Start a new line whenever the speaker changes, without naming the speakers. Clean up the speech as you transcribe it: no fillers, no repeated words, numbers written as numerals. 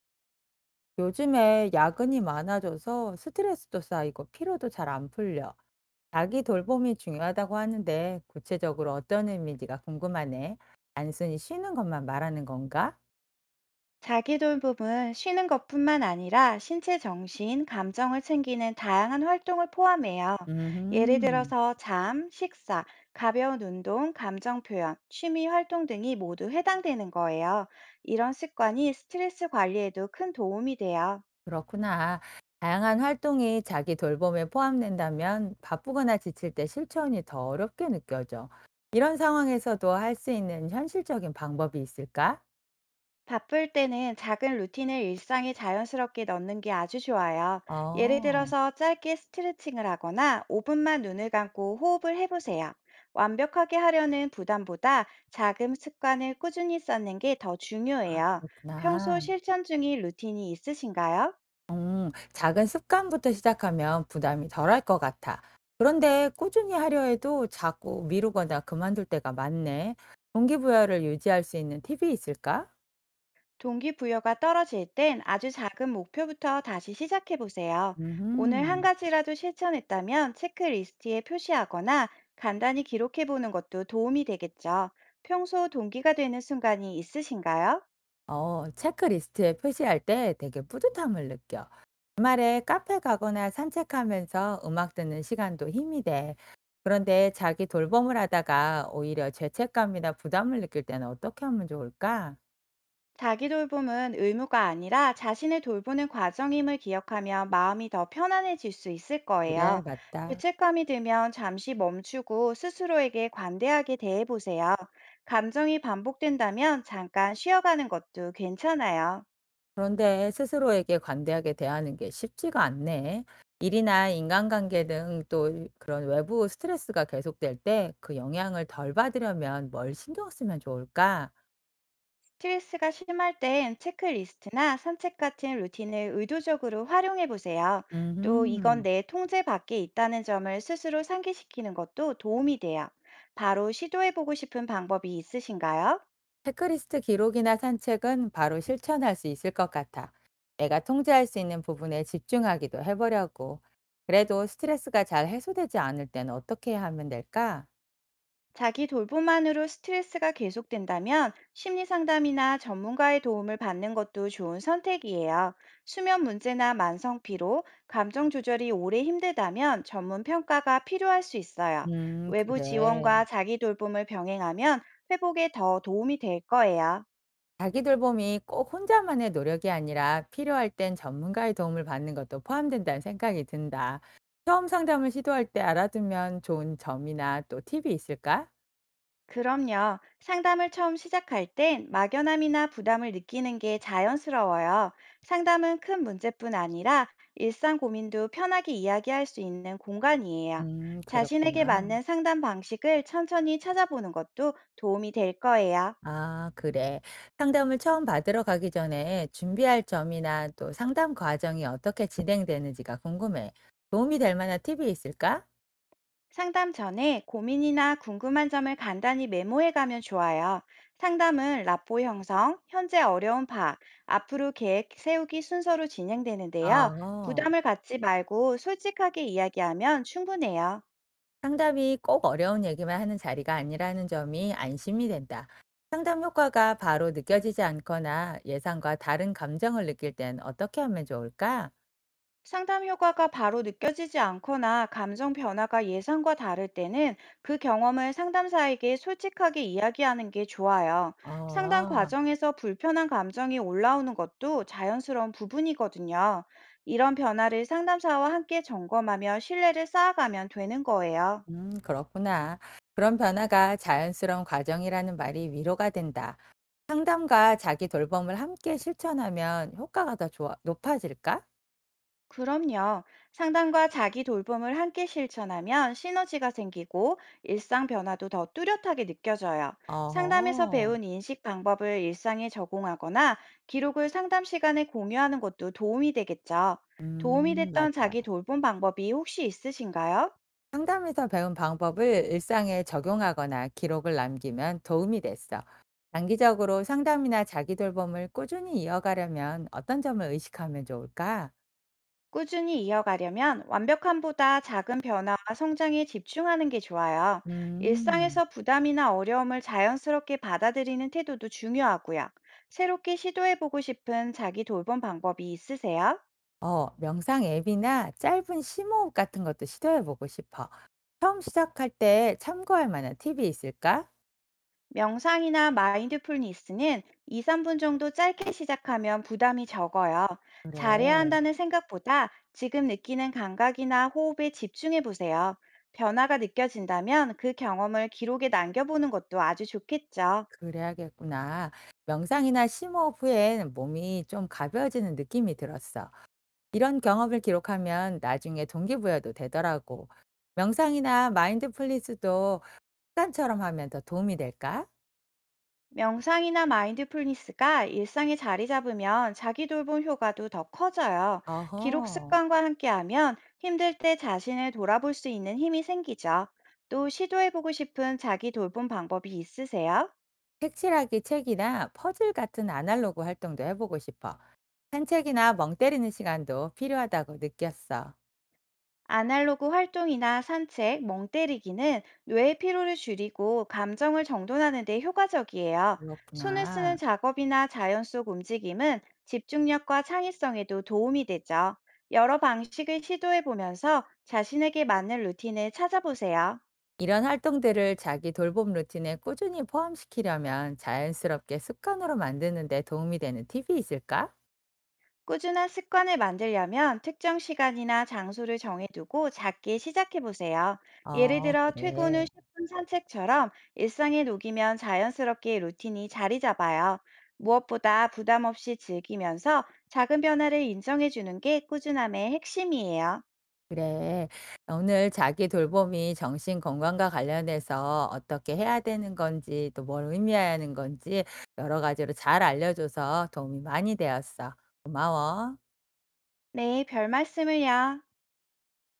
요즘에 야근이 많아져서 스트레스도 쌓이고 피로도 잘 안 풀려. 자기 돌봄이 중요하다고 하는데 구체적으로 어떤 의미인지가 궁금하네. 단순히 쉬는 것만 말하는 건가?
자기 돌봄은 쉬는 것뿐만 아니라 신체, 정신, 감정을 챙기는 다양한 활동을 포함해요. 예를
음,
들어서 잠, 식사, 가벼운 운동, 감정 표현, 취미 활동 등이 모두 해당되는 거예요. 이런 습관이 스트레스 관리에도 큰 도움이 돼요.
그렇구나. 다양한 활동이 자기 돌봄에 포함된다면 바쁘거나 지칠 때 실천이 더 어렵게 느껴져. 이런 상황에서도 할 수 있는 현실적인 방법이 있을까?
바쁠 때는 작은 루틴을 일상에 자연스럽게 넣는 게 아주 좋아요. 예를
어,
들어서 짧게 스트레칭을 하거나 5분만 눈을 감고 호흡을 해보세요. 완벽하게 하려는 부담보다 작은 습관을 꾸준히 쌓는 게 더 중요해요. 평소
그렇구나.
실천 중인 루틴이 있으신가요?
작은 습관부터 시작하면 부담이 덜할 것 같아. 그런데 꾸준히 하려 해도 자꾸 미루거나 그만둘 때가 많네. 동기부여를 유지할 수 있는 팁이 있을까?
동기부여가 떨어질 땐 아주 작은 목표부터 다시 시작해 보세요. 오늘 한
음,
가지라도 실천했다면 체크리스트에 표시하거나 간단히 기록해 보는 것도 도움이 되겠죠. 평소 동기가 되는 순간이 있으신가요?
어, 체크리스트에 표시할 때 되게 뿌듯함을 느껴. 주말에 카페 가거나 산책하면서 음악 듣는 시간도 힘이 돼. 그런데 자기 돌봄을 하다가 오히려 죄책감이나 부담을 느낄 때는 어떻게 하면 좋을까?
자기 돌봄은 의무가 아니라 자신을 돌보는 과정임을 기억하면 마음이 더 편안해질 수 있을
그래,
거예요.
맞다.
죄책감이 들면 잠시 멈추고 스스로에게 관대하게 대해보세요. 감정이 반복된다면 잠깐 쉬어가는 것도 괜찮아요.
그런데 스스로에게 관대하게 대하는 게 쉽지가 않네. 일이나 인간관계 등 또 그런 외부 스트레스가 계속될 때 그 영향을 덜 받으려면 뭘 신경 쓰면 좋을까?
스트레스가 심할 땐 체크리스트나 산책 같은 루틴을 의도적으로 활용해 보세요. 또 이건
음,
내 통제 밖에 있다는 점을 스스로 상기시키는 것도 도움이 돼요. 바로 시도해 보고 싶은 방법이 있으신가요?
체크리스트 기록이나 산책은 바로 실천할 수 있을 것 같아. 내가 통제할 수 있는 부분에 집중하기도 해보려고. 그래도 스트레스가 잘 해소되지 않을 땐 어떻게 하면 될까?
자기 돌봄만으로 스트레스가 계속된다면 심리 상담이나 전문가의 도움을 받는 것도 좋은 선택이에요. 수면 문제나 만성 피로, 감정 조절이 오래 힘들다면 전문 평가가 필요할 수 있어요. 외부
그래.
지원과 자기 돌봄을 병행하면 회복에 더 도움이 될 거예요.
자기 돌봄이 꼭 혼자만의 노력이 아니라 필요할 땐 전문가의 도움을 받는 것도 포함된다는 생각이 든다. 처음 상담을 시도할 때 알아두면 좋은 점이나 또 팁이 있을까?
그럼요. 상담을 처음 시작할 땐 막연함이나 부담을 느끼는 게 자연스러워요. 상담은 큰 문제뿐 아니라 일상 고민도 편하게 이야기할 수 있는 공간이에요. 자신에게
그렇구나.
맞는 상담 방식을 천천히 찾아보는 것도 도움이 될 거예요.
아, 그래. 상담을 처음 받으러 가기 전에 준비할 점이나 또 상담 과정이 어떻게 진행되는지가 궁금해. 도움이 될 만한 팁이 있을까?
상담 전에 고민이나 궁금한 점을 간단히 메모해 가면 좋아요. 상담은 라포 형성, 현재 어려운 파악, 앞으로 계획 세우기 순서로 진행되는데요.
아,
부담을 갖지 말고 솔직하게 이야기하면 충분해요.
상담이 꼭 어려운 얘기만 하는 자리가 아니라는 점이 안심이 된다. 상담 효과가 바로 느껴지지 않거나 예상과 다른 감정을 느낄 땐 어떻게 하면 좋을까?
상담 효과가 바로 느껴지지 않거나 감정 변화가 예상과 다를 때는 그 경험을 상담사에게 솔직하게 이야기하는 게 좋아요. 상담
어,
과정에서 불편한 감정이 올라오는 것도 자연스러운 부분이거든요. 이런 변화를 상담사와 함께 점검하며 신뢰를 쌓아가면 되는 거예요.
그렇구나. 그런 변화가 자연스러운 과정이라는 말이 위로가 된다. 상담과 자기 돌봄을 함께 실천하면 효과가 더 좋아, 높아질까?
그럼요. 상담과 자기 돌봄을 함께 실천하면 시너지가 생기고 일상 변화도 더 뚜렷하게 느껴져요. 상담에서
어허,
배운 인식 방법을 일상에 적용하거나 기록을 상담 시간에 공유하는 것도 도움이 되겠죠. 도움이 됐던
맞아.
자기 돌봄 방법이 혹시 있으신가요?
상담에서 배운 방법을 일상에 적용하거나 기록을 남기면 도움이 됐어. 장기적으로 상담이나 자기 돌봄을 꾸준히 이어가려면 어떤 점을 의식하면 좋을까?
꾸준히 이어가려면 완벽함보다 작은 변화와 성장에 집중하는 게 좋아요.
음,
일상에서 부담이나 어려움을 자연스럽게 받아들이는 태도도 중요하고요. 새롭게 시도해보고 싶은 자기 돌봄 방법이 있으세요?
어, 명상 앱이나 짧은 심호흡 같은 것도 시도해 보고 싶어. 처음 시작할 때 참고할 만한 팁이 있을까?
명상이나 마인드풀니스는 2, 3분 정도 짧게 시작하면 부담이 적어요. 잘해야
그래,
한다는 생각보다 지금 느끼는 감각이나 호흡에 집중해보세요. 변화가 느껴진다면 그 경험을 기록에 남겨보는 것도 아주 좋겠죠.
그래야겠구나. 명상이나 심호흡 후엔 몸이 좀 가벼워지는 느낌이 들었어. 이런 경험을 기록하면 나중에 동기부여도 되더라고. 명상이나 마인드풀리스도 습관처럼 하면 더 도움이 될까?
명상이나 마인드풀니스가 일상에 자리 잡으면 자기 돌봄 효과도 더 커져요. 기록
어허.
습관과 함께하면 힘들 때 자신을 돌아볼 수 있는 힘이 생기죠. 또 시도해보고 싶은 자기 돌봄 방법이 있으세요?
색칠하기 책이나 퍼즐 같은 아날로그 활동도 해보고 싶어. 산책이나 멍 때리는 시간도 필요하다고 느꼈어.
아날로그 활동이나 산책, 멍 때리기는 뇌의 피로를 줄이고 감정을 정돈하는 데 효과적이에요. 손을
그렇구나.
쓰는 작업이나 자연 속 움직임은 집중력과 창의성에도 도움이 되죠. 여러 방식을 시도해 보면서 자신에게 맞는 루틴을 찾아보세요.
이런 활동들을 자기 돌봄 루틴에 꾸준히 포함시키려면 자연스럽게 습관으로 만드는 데 도움이 되는 팁이 있을까?
꾸준한 습관을 만들려면 특정 시간이나 장소를 정해두고 작게 시작해 보세요. 예를
어,
들어 퇴근
그래.
후 10분 산책처럼 일상에 녹이면 자연스럽게 루틴이 자리 잡아요. 무엇보다 부담 없이 즐기면서 작은 변화를 인정해 주는 게 꾸준함의 핵심이에요.
그래. 오늘 자기 돌봄이 정신 건강과 관련해서 어떻게 해야 되는 건지 또 뭘 의미하는 건지 여러 가지로 잘 알려줘서 도움이 많이 되었어. 고마워.
네, 별 말씀을요.